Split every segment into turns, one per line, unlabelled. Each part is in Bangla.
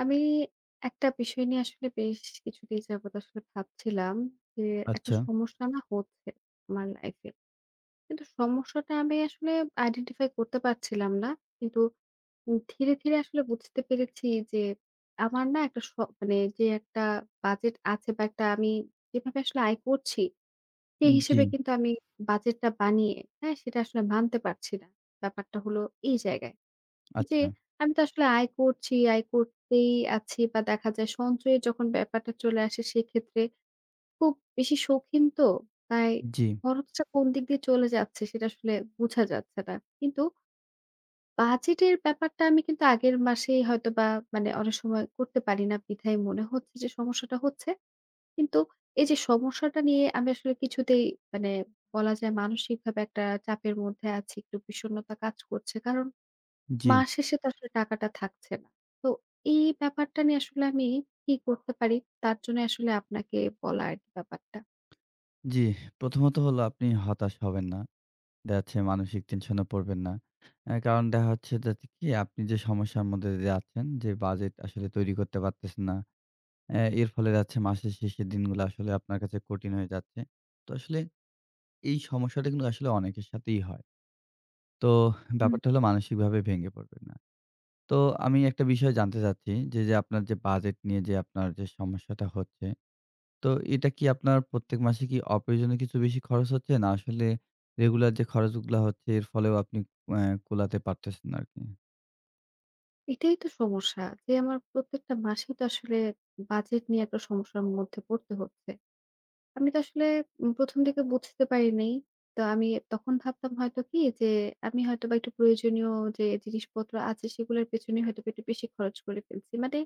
আমি একটা বিষয় নিয়ে আসলে বেশ কিছুদিন যাবত আসলে ভাবছিলাম যে একটা
আচ্ছা,
সমস্যা না হচ্ছে আমার লাইফে। কিন্তু সমস্যাটা আমি আসলে আইডেন্টিফাই করতে পারছিলাম না। কিন্তু ধীরে, ধীরে আসলে বুঝতে পেরেছি যে আমার না একটা স মানে যে একটা বাজেট আছে বা একটা আমি যেভাবে আসলে আয় করছি সেই
জি,
হিসেবে কিন্তু আমি বাজেটটা বানিয়ে, হ্যাঁ? সেটা আসলে মানতে পারছি না। ব্যাপারটা হলো এই জায়গায়। যে
আচ্ছা,
আমি তো আসলে আয় করছি, আয় করতেই আছি বা দেখা যায় সঞ্চয়ের যখন ব্যাপারটা চলে আসে সেক্ষেত্রে খুব বেশি শৌখিন তো। তাই
জি,
খরচটা কোন দিক দিয়ে চলে যাচ্ছে সেটা আসলে বোঝা যাচ্ছে না। কিন্তু বাজেটের ব্যাপারটা আমি কিন্তু আগের মাসেই হয়তোবা মানে অনেক সময় করতে পারি না বিধায় মনে হচ্ছে যে সমস্যাটা হচ্ছে। কিন্তু এই যে সমস্যাটা নিয়ে আমি আসলে কিছুতেই মানে বলা যায় মানসিকভাবে একটা চাপের মধ্যে আছি, একটু বিষণ্ণতা কাজ করছে। কারণ
জি,
মাস শেষে তো আসলে টাকাটা থাকছে না। তো এই ব্যাপারটা নিয়ে আসলে আমি কি করতে পারি? তার জন্য আসলে আপনাকে বলা আরকি ব্যাপারটা।
জি। প্রথমত হলো আপনি হতাশ হবেন না। দেখা যাচ্ছে মানসিক টেনশনে পড়বেন না। কারণ দেখা হচ্ছে যাতে কি আপনি যে সমস্যার মধ্যে দিয়ে যাচ্ছেন যে বাজেট আসলে তৈরি করতে পারতেছেন না। এর ফলে দেখা যাচ্ছে মাসের শেষের দিনগুলো আসলে আপনার কাছে কঠিন হয়ে যাচ্ছে। তো আসলে এই সমস্যাটা কিন্তু আসলে অনেকের সাথেই হয়। তো
হুম।
ব্যাপারটা হলো মানসিকভাবে ভেঙে পড়বেন না। তো আমি একটা বিষয় জানতে চাচ্ছি যে, আপনার যে বাজেট নিয়ে যে আপনার যে সমস্যাটা হচ্ছে, তো এটা কি আপনার প্রত্যেক মাসে কি অপ্রয়োজনীয় কিছু বেশি খরচ হচ্ছে? না আসলে রেগুলার যে খরচগুলা হচ্ছে এর ফলেও আপনি অ্যা কুলাতে পারতেছেন আরকি?
এটাই তো সমস্যা যে আমার প্রত্যেকটা মাসেই তো আসলে বাজেট নিয়ে একটা সমস্যার মধ্যে পড়তে হচ্ছে। আমি তো আসলে ১ম দিকে বুঝতে পারিনি। তো আমি তখন ভাবতাম হয়তো কি যে আমি হয়তোবা একটু প্রয়োজনীয় যে জিনিসপত্র আছে সেগুলোর পেছনে হয়তোবা একটু বেশি খরচ করে ফেলছি। মানে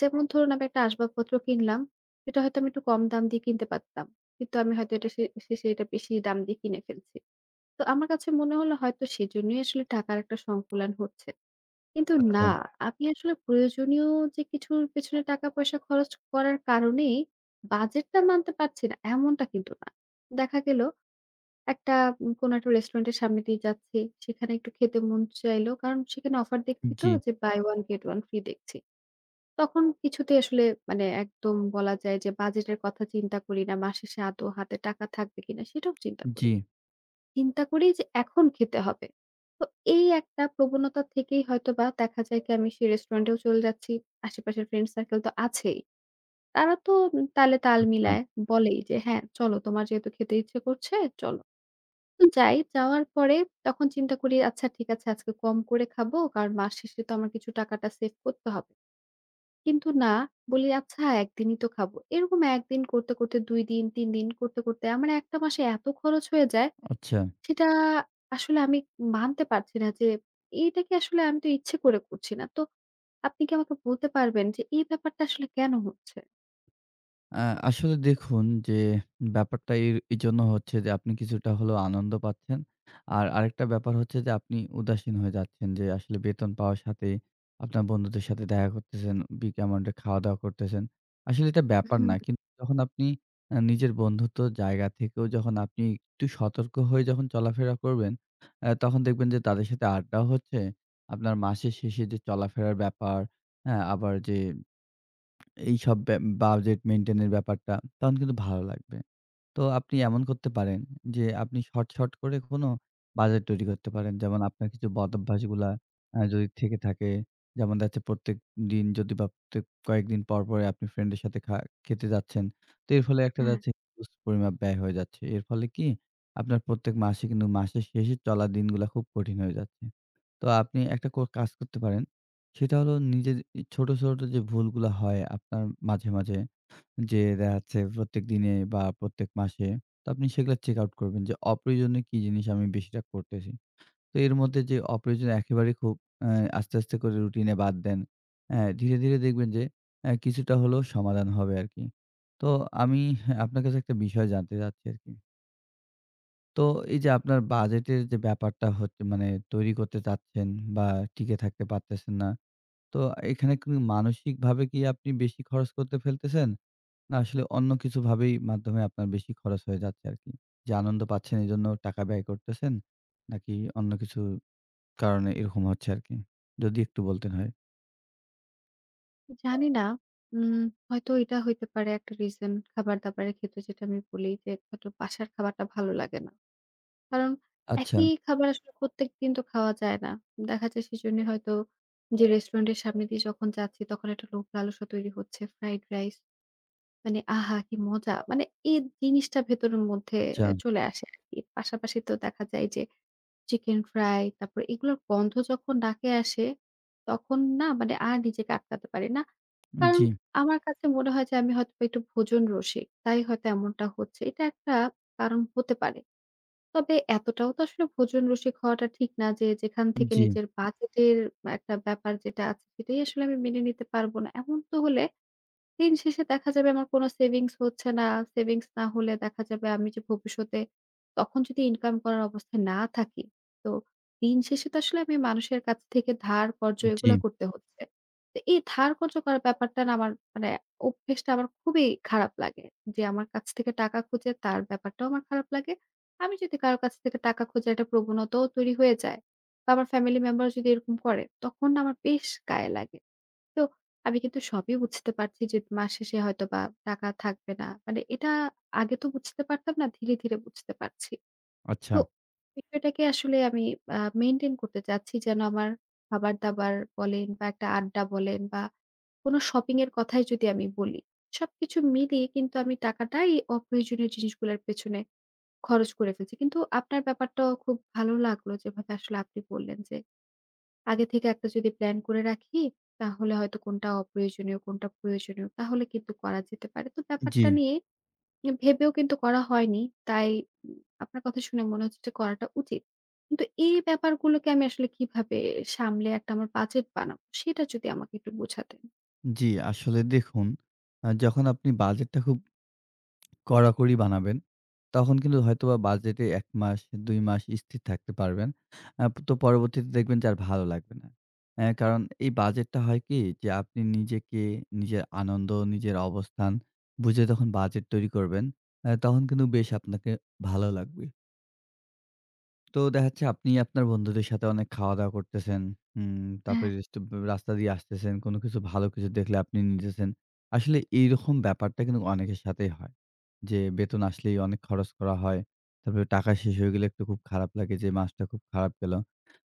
যেমন ধরুন আমি একটা আসবাবপত্র কিনলাম, সেটা হয়তো আমি একটু কম দাম দিয়ে কিনতে পারতাম। কিন্তু আমি হয়তো এটা সে শেষে এটা বেশি দাম দিয়ে কিনে ফেলছি। তো আমার কাছে মনে হলো হয়তো সেজন্যই আসলে টাকার একটা সংকুলান হচ্ছে। কিন্তু
আচ্ছা।
না, আমি আসলে প্রয়োজনীয় যে কিছুর পেছনে টাকা-পয়সা খরচ করার কারণেই বাজেটটা মানতে পারছি না, এমনটা কিন্তু না। দেখা গেল একটা কোনো একটা রেস্টুরেন্টের সামনে দিয়ে যাচ্ছি, সেখানে একটু খেতে মন চাইলো। কারণ সেখানে অফার দেখছি তো
জি,
যে buy one get one free দেখছি। তখন কিছুতেই আসলে মানে একদম বলা যায় যে বাজেটের কথা চিন্তা করি না। মাস শেষে আদৌ হাতে টাকা থাকবে কিনা সেটাও চিন্তা করি
জি।
না। চিন্তা করি যে এখন খেতে হবে। তো এই একটা প্রবণতা থেকেই হয়তোবা দেখা যায় কি আমি সেই রেস্টুরেন্টেও চলে যাচ্ছি। আশেপাশের ফ্রেন্ড সার্কেল তো আছেই। তারা তো তালে তাল
আচ্ছা,
মিলায় বলেই যে, "হ্যাঁ, চলো তোমার যেহেতু খেতে ইচ্ছে করছে চলো।" তো যাই। যাওয়ার পরে তখন চিন্তা করি আচ্ছা ঠিক আছে আজকে কম করে খাবো। কারণ মাস শেষে তো আমার কিছু টাকাটা সেভ করতে হবে। কিন্তু না, বলি আচ্ছা একদিনই তো খাবো। এরকম একদিন করতে, করতে ২ দিন, ৩ দিন করতে, করতে আমার একটা মাসে এত খরচ হয়ে যায়,
আচ্ছা।
সেটা আসলে আমি মানতে পারছি না যে এটা কি আসলে আমি তো ইচ্ছে করে করছি না। তো আপনি কি আমাকে বলতে পারবেন যে এই ব্যাপারটা আসলে কেন হচ্ছে?
আ আসলে দেখুন যে ব্যাপারটা এর এজন্য হচ্ছে যে আপনি কিছুটা হলেও আনন্দ পাচ্ছেন। আর আরেকটা ব্যাপার হচ্ছে যে আপনি উদাসীন হয়ে যাচ্ছেন যে আসলে বেতন পাওয়ার সাথেই আপনার বন্ধুদের সাথে দেখা করতেছেন, বিগ অ্যামাউন্ট এ খাওয়া-দাওয়া করতেছেন। আসলে এটা ব্যাপার
হুম,
না। কিন্তু যখন আপনি নিজের বন্ধুত্ব জায়গা থেকেও যখন আপনি একটু সতর্ক হয়ে যখন চলাফেরা করবেন, তখন দেখবেন যে তাদের সাথে আড্ডাও হচ্ছে। আপনার মাসের শেষে যে চলাফেরার ব্যাপার, হ্যাঁ? আবার যে এইসব বাজেট মেইনটেইন এর ব্যাপারটা তখন কিন্তু ভালো লাগবে। তো আপনি এমন করতে পারেন যে আপনি শর্ট, শর্ট করে কোনো বাজেট তৈরি করতে পারেন। যেমন আপনার কিছু বদঅভ্যাসগুলা যদি থেকে থাকে, যেমন দেখা যাচ্ছে প্রত্যেকদিন যদি বা প্রত্যেক কয়েকদিন পরে আপনি ফ্রেন্ডের সাথে খেতে যাচ্ছেন। তো এর ফলে একটা
হ্যাঁ,
যাচ্ছে হিউজ পরিমাপ ব্যয় হয়ে যাচ্ছে। এর ফলে কি আপনার প্রত্যেক মাসে কিন্তু মাসের শেষে চলা দিনগুলা খুব কঠিন হয়ে যাচ্ছে। তো আপনি একটা কাজ করতে পারেন। সেটা হলো নিজের ছোট, ছোট যে ভুলগুলা হয় আপনার মাঝে, মাঝে যে দেখা যাচ্ছে প্রত্যেক দিনে বা প্রত্যেক মাসে, তো আপনি সেগুলো চেক আউট করবেন যে অপ্রয়োজনীয় কি জিনিস আমি বেশিটা করতেছি। তো এর মধ্যে যে অপ্রয়োজনীয় একেবারে খুব অ্যা আস্তে, আস্তে করে রুটিনে বাদ দেন। ধীরে, ধীরে দেখবেন যে কিছুটা হলেও সমাধান হবে আরকি। তো আমি আপনার কাছে একটা বিষয় জানতে চাচ্ছি আরকি। তো এই যে আপনার বাজেটের যে ব্যাপারটা হচ্ছে, মানে তৈরি করতে চাচ্ছেন বা টিকে থাকতে পারতেছেন না। তো এখানে কি মানসিকভাবে কি আপনি বেশি খরচ করতে ফেলতেছেন? না আসলে অন্য কিছু ভাবেই মাধ্যমে আপনার বেশি খরচ হয়ে যাচ্ছে আরকি। যে আনন্দ পাচ্ছেন এজন্য টাকা ব্যয় করতেছেন, নাকি অন্য কিছু কারণে এরকম হচ্ছে আরকি? যদি একটু বলতেন হয়।
তো জানি না। উম হয়তো এটা হইতে পারে একটা রিজন খাবার-দাবারের ক্ষেত্রে যেটা আমি বলি যে হয়তো বাসার খাবারটা ভালো লাগে না। কারণ
আচ্ছা,
একই খাবার আসলে প্রত্যেকদিন তো খাওয়া যায় না। দেখা যায় সেজন্য হয়তো যে রেস্টুরেন্টের সামনে দিয়ে যখন যাচ্ছি তখন একটা লোভ লালসা তৈরি হচ্ছে। ফ্রাইড রাইস মানে আহা! কি মজা! মানে এই জিনিসটা ভেতরের মধ্যে
আচ্ছা।
চলে আসে আরকি। পাশাপাশি তো দেখা যায় যে চিকেন ফ্রাই তারপরে এগুলোর গন্ধ যখন নাকে আসে তখন না মানে আর নিজেকে আটকাতে পারি না। কারণ
জি,
আমার কাছে মনে হয় যে আমি হয়তোবা একটু ভোজন রসিক। তাই হয়তো এমনটা হচ্ছে। এটা একটা কারণ হতে পারে। তবে এতটাও তো আসলে ভোজন রসিক হওয়াটা ঠিক না যে, যেখান থেকে
জি,
নিজের বাজেটের একটা ব্যাপার যেটা আছে, সেটাই আসলে আমি মেনে নিতে পারব না। এমন তো হলে দিন শেষে দেখা যাবে আমার কোনো সেভিংস হচ্ছে না। সেভিংস না হলে দেখা যাবে আমি যে ভবিষ্যতে তখন যদি ইনকাম করার অবস্থায় না থাকি, তো দিন শেষে তো আসলে আমি মানুষের কাছ থেকে ধার কর্জ
জি।
এগুলা করতে হচ্ছে। তো এই ধার কর্জ করার ব্যাপারটা না আমার মানে অভ্যেসটা আমার খুবই খারাপ লাগে। যে আমার কাছ থেকে টাকা খোঁজে তার ব্যাপারটাও আমার খারাপ লাগে। আমি যদি কারো কাছ থেকে টাকা খোঁজার একটা প্রবণতাও তৈরি হয়ে যায় বা আমার ফ্যামিলি মেম্বার যদি এরকম করে, তখন না আমার বেশ গায়ে লাগে। তো আমি কিন্তু সবই বুঝতে পারছি যে মাস শেষে হয়তোবা টাকা থাকবে না। মানে এটা আগে তো বুঝতে পারতাম না। ধীরে, ধীরে বুঝতে পারছি।
আচ্ছা।
তো বিষয়টাকে আসলে আমি মেইনটেইন করতে চাচ্ছি যেন আমার খাবার-দাবার বলেন বা একটা আড্ডা বলেন বা কোনো শপিং এর কথাই যদি আমি বলি, সবকিছু মিলিয়ে কিন্তু আমি টাকাটাই অপ্রয়োজনীয় জিনিসগুলোর পেছনে খরচ করে ফেলছি। কিন্তু আপনার ব্যাপারটাও খুব ভালো লাগলো যেভাবে আসলে আপনি বললেন যে আগে থেকে একটা যদি প্ল্যান করে রাখি, তাহলে হয়তো কোনটা অপ্রয়োজনীয়, কোনটা প্রয়োজনীয়, তাহলে কিন্তু করা যেতে পারে। তো
জি,
ব্যাপারটা নিয়ে এ ভেবেও কিন্তু করা হয়নি। তাই উম আপনার কথা শুনে মনে হচ্ছে যে করাটা উচিত। কিন্তু এই ব্যাপারগুলোকে আমি আসলে কিভাবে সামলে একটা আমার বাজেট বানাবো, সেটা যদি আমাকে একটু বোঝাতেন।
জি। আসলে দেখুন, যখন আপনি বাজেটটা খুব কড়াকড়ি বানাবেন, তখন কিন্তু হয়তোবা বাজেটে ১ মাস ২ মাস স্থির থাকতে পারবেন। তো পরবর্তীতে দেখবেন যে আর ভালো লাগবে না। কারণ এই বাজেটটা হয় কি যে আপনি নিজেকে, নিজের আনন্দ, নিজের অবস্থান বুঝে যখন বাজেট তৈরি করবেন, তখন কিন্তু বেশ আপনাকে ভালো লাগবে। তো দেখা যাচ্ছে আপনি আপনার বন্ধুদের সাথে অনেক খাওয়া-দাওয়া করতেছেন। হুম,
হ্যাঁ,
তারপরে রাস্তা দিয়ে আসতেছেন। কোনো কিছু ভালো কিছু দেখলে আপনি নিতেছেন। আসলে এইরকম ব্যাপারটা কিন্তু অনেকের সাথেই হয়। যে বেতন আসলেই অনেক খরচ করা হয়। তারপরে টাকা শেষ হয়ে গেলে একটু খুব খারাপ লাগে যে মাসটা খুব খারাপ গেল।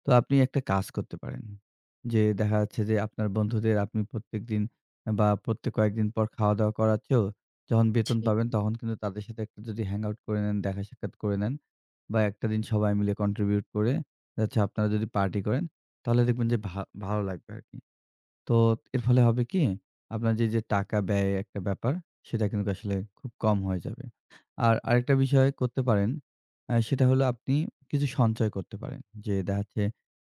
তো আপনি একটা কাজ করতে পারেন। যে দেখা যাচ্ছে যে আপনার বন্ধুদের আপনি প্রত্যেকদিন বা প্রত্যেক কয়েকদিন পর খাওয়া-দাওয়া করাচ্ছেও, যখন বেতন
জি।
পাবেন তখন কিন্তু তাদের সাথে একটা যদি হ্যাং আউট করে নেন, দেখা সাক্ষাৎ করে নেন বা একটা দিন সবাই মিলে কন্ট্রিবিউট করে দেখা যাচ্ছে আপনারা যদি পার্টি করেন, তাহলে দেখবেন যে ভালো লাগবে আরকি। তো এর ফলে হবে কি? আপনার যে, টাকা ব্যয় একটা ব্যাপার, সেটা কিন্তু আসলে খুব কম হয়ে যাবে। আর আরেকটা বিষয় করতে পারেন, সেটা হলো আপনি কিছু সঞ্চয় করতে পারেন। যে, দেখা যাচ্ছে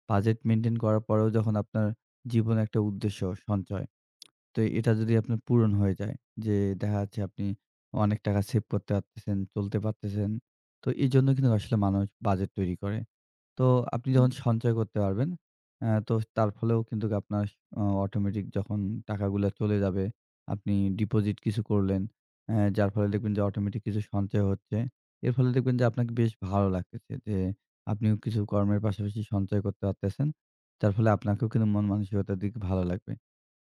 বাজেট মেইনটেইন করার পরেও যখন আপনার জীবনে একটা উদ্দেশ্য সঞ্চয়। তো এটা যদি আপনার পূরণ হয়ে যায় যে, দেখা যাচ্ছে আপনি অনেক টাকা সেভ করতে পারতেছেন, চলতে পারতেছেন। তো এজন্য কিন্তু আসলে মানুষ বাজেট তৈরি করে। তো আপনি যখন সঞ্চয় করতে পারবেন, তো তার ফলেও কিন্তু আপনার অটোমেটিক যখন টাকাগুলা চলে যাবে, আপনি ডিপোজিট কিছু করলেন, যার ফলে দেখবেন যে অটোমেটিক কিছু সঞ্চয় হচ্ছে। এর ফলে দেখবেন যে আপনাকে বেশ ভালো লাগতেছে যে আপনিও কিছু কর্মের পাশাপাশি সঞ্চয় করতে পারতেছেন। যার ফলে আপনাকেও কিন্তু মন মানসিকতার দিকে ভালো লাগবে।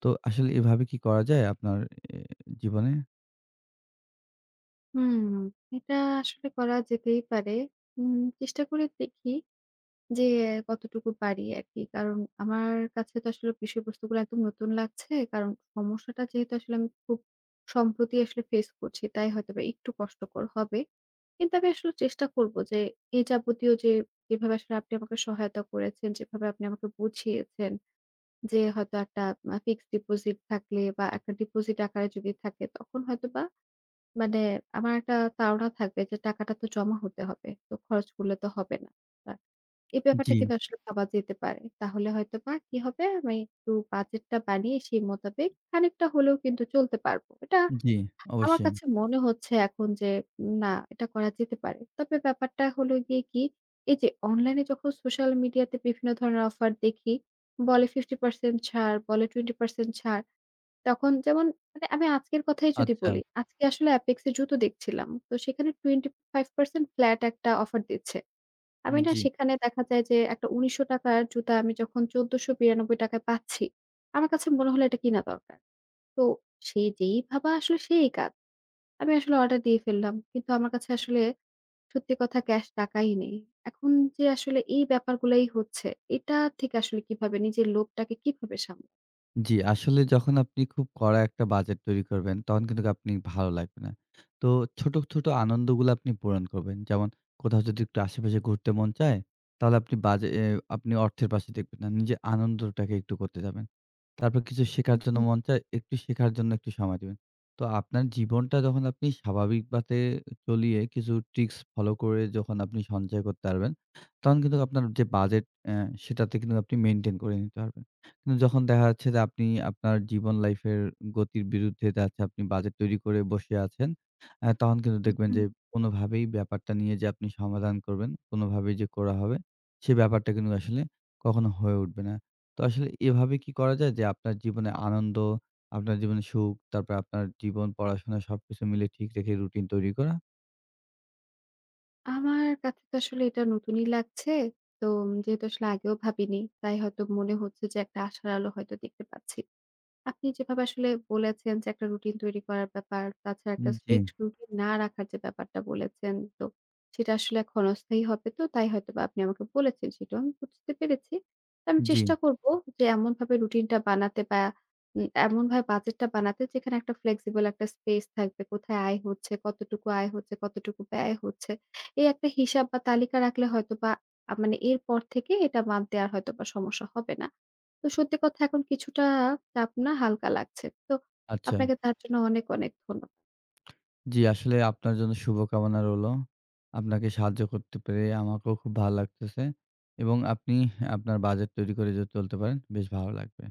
তো আসলে এভাবে কি করা যায় আপনার এ জীবনে?
হুম, এটা আসলে করা যেতেই পারে। চেষ্টা করে দেখি। যে কতটুকু পারি আরকি। কারণ আমার কাছে তো আসলে বিষয়বস্তুগুলো একদম নতুন লাগছে। কারণ সমস্যাটা যেহেতু আসলে আমি খুব সম্প্রতি আসলে ফেস করছি, তাই হয়তোবা একটু কষ্টকর হবে। কিন্তু আমি আসলে চেষ্টা করব যে এ যাবতীয় যে যেভাবে আসলে আপনি আমাকে সহায়তা করেছেন, যেভাবে আপনি আমাকে বুঝিয়েছেন যে হয়তো একটা ফিক্সড ডিপোজিট থাকলে বা একটা ডিপোজিট আকারে যদি থাকে তখন হয়তোবা মানে আমার একটা তাড়না থাকবে যে টাকাটা তো জমা হতে হবে। তো খরচ করলে তো হবে না। এই ব্যাপারটা
জি,
কিন্তু আসলে ভাবা যেতে পারে। তাহলে হয়তোবা কি হবে আমি একটু বাজেটটা বানিয়ে সেই মোতাবেক খানিকটা হলেও কিন্তু চলতে পারবো। এটা
জি,
আমার
অবশ্যই।
কাছে মনে হচ্ছে এখন যে না এটা করা যেতে পারে। তবে ব্যাপারটা হলো গিয়ে কি এই যে অনলাইনে যখন সোশ্যাল মিডিয়াতে বিভিন্ন ধরনের অফার দেখি, বলে 50% ছাড়, বলে 20% ছাড়। তখন যেমন মানে আমি আজকের কথাই যদি
আচ্ছা,
বলি, আজকে আসলে Apex এ জুতো দেখছিলাম। তো সেখানে 25% ফ্ল্যাট একটা অফার দিচ্ছে। আমি না
জি।
সেখানে দেখা যায় যে একটা ৳১৯০০ র জুতা আমি যখন ৳১৪৯২ য় পাচ্ছি, আমার কাছে মনে হলো এটা কিনা দরকার। তো সে যেই ভাবা আসলে সেই কাজ। আমি আসলে অর্ডার দিয়ে ফেললাম। কিন্তু আমার কাছে আসলে সত্যি কথা ক্যাশ টাকাই নেই। এখন যে আসলে এই ব্যাপারগুলাই হচ্ছে, এটা থেকে আসলে কিভাবে নিজের লোভটাকে কিভাবে সামলাবো?
জি, আসলে যখন আপনি খুব কড়া একটা বাজেট তৈরি করবেন, তখন কিন্তু আপনি ভালো লাগবে না। তো ছোট, ছোট আনন্দগুলো আপনি পূরণ করবেন। যেমন কোথাও যদি একটু আশেপাশে ঘুরতে মন চায়, তাহলে আপনি বাজে এ আপনি অর্থের পাশে দেখবেন না। নিজের আনন্দটাকে একটু করতে যাবেন। তারপর কিছু শেখার জন্য
হুম,
মন চায়, একটু শেখার জন্য একটু সময় দিবেন। তো আপনার জীবনটা যখন আপনি স্বাভাবিক বাতে চলিয়ে কিছু ট্রিক্স ফলো করে যখন আপনি সঞ্চয় করতে পারবেন, তখন কিন্তু আপনার যে বাজেট সেটাতে কিন্তু আপনি মেইনটেইন করে নিতে পারবেন। যখন দেখা যাচ্ছে যে আপনি আপনার জীবন লাইফের গতির বিরুদ্ধে দেখা যাচ্ছে আপনি বাজেট তৈরি করে বসে আছেন। তখন কিন্তু দেখবেন
হুম।
যে কোনোভাবেই ব্যাপারটা নিয়ে যে আপনি সমাধান করবেন, কোনোভাবেই যে করা হবে, সে ব্যাপারটা কিন্তু আসলে কখনো হয়ে উঠবে না। তো আসলে এভাবে কি করা যায় যে আপনার জীবনে আনন্দ, আপনার জীবনে সুখ, তারপরে আপনার জীবন, পড়াশোনা সবকিছু মিলে ঠিক রেখে রুটিন তৈরি করা?
আমার কাছে তো আসলে এটা নতুনই লাগছে। তো যেহেতু আসলে আগেও ভাবিনি, তাই হয়তো মনে হচ্ছে যে একটা আশার আলো হয়তো দেখতে পাচ্ছি। আপনি যেভাবে আসলে বলেছেন যে একটা রুটিন তৈরি করার ব্যাপার, তাছাড়া একটা
জি,
স্ট্রিক্ট রুটিন না রাখার যে ব্যাপারটা বলেছেন, তো সেটা আসলে ক্ষণস্থায়ী হবে তো তাই হয়তোবা আপনি আমাকে বলেছেন সেটাও আমি বুঝতে পেরেছি। তো আমি
জি,
চেষ্টা করব যে এমনভাবে রুটিনটা বানাতে বা এমনভাবে বাজেটটা বানাতে যেখানে একটা ফ্লেক্সিবল একটা স্পেস থাকবে। কোথায় আয় হচ্ছে, কতটুকু আয় হচ্ছে, কতটুকু ব্যয় হচ্ছে। এই একটা হিসাব বা তালিকা রাখলে হয়তোবা মানে এরপর থেকে এটা মানতে আর হয়তোবা সমস্যা হবে না। তো সত্যি কথা এখন কিছুটা চাপ না হালকা লাগছে। তো
আচ্ছা।
আপনাকে তার জন্য অনেক, অনেক ধন্য
জি, আসলে আপনার জন্য শুভকামনা রইলো। আপনাকে সাহায্য করতে পেরে আমাকেও খুব ভালো লাগতেছে এবং আপনি আপনার বাজেট তৈরি করে যদি চলতে পারেন, বেশ ভালো লাগবে।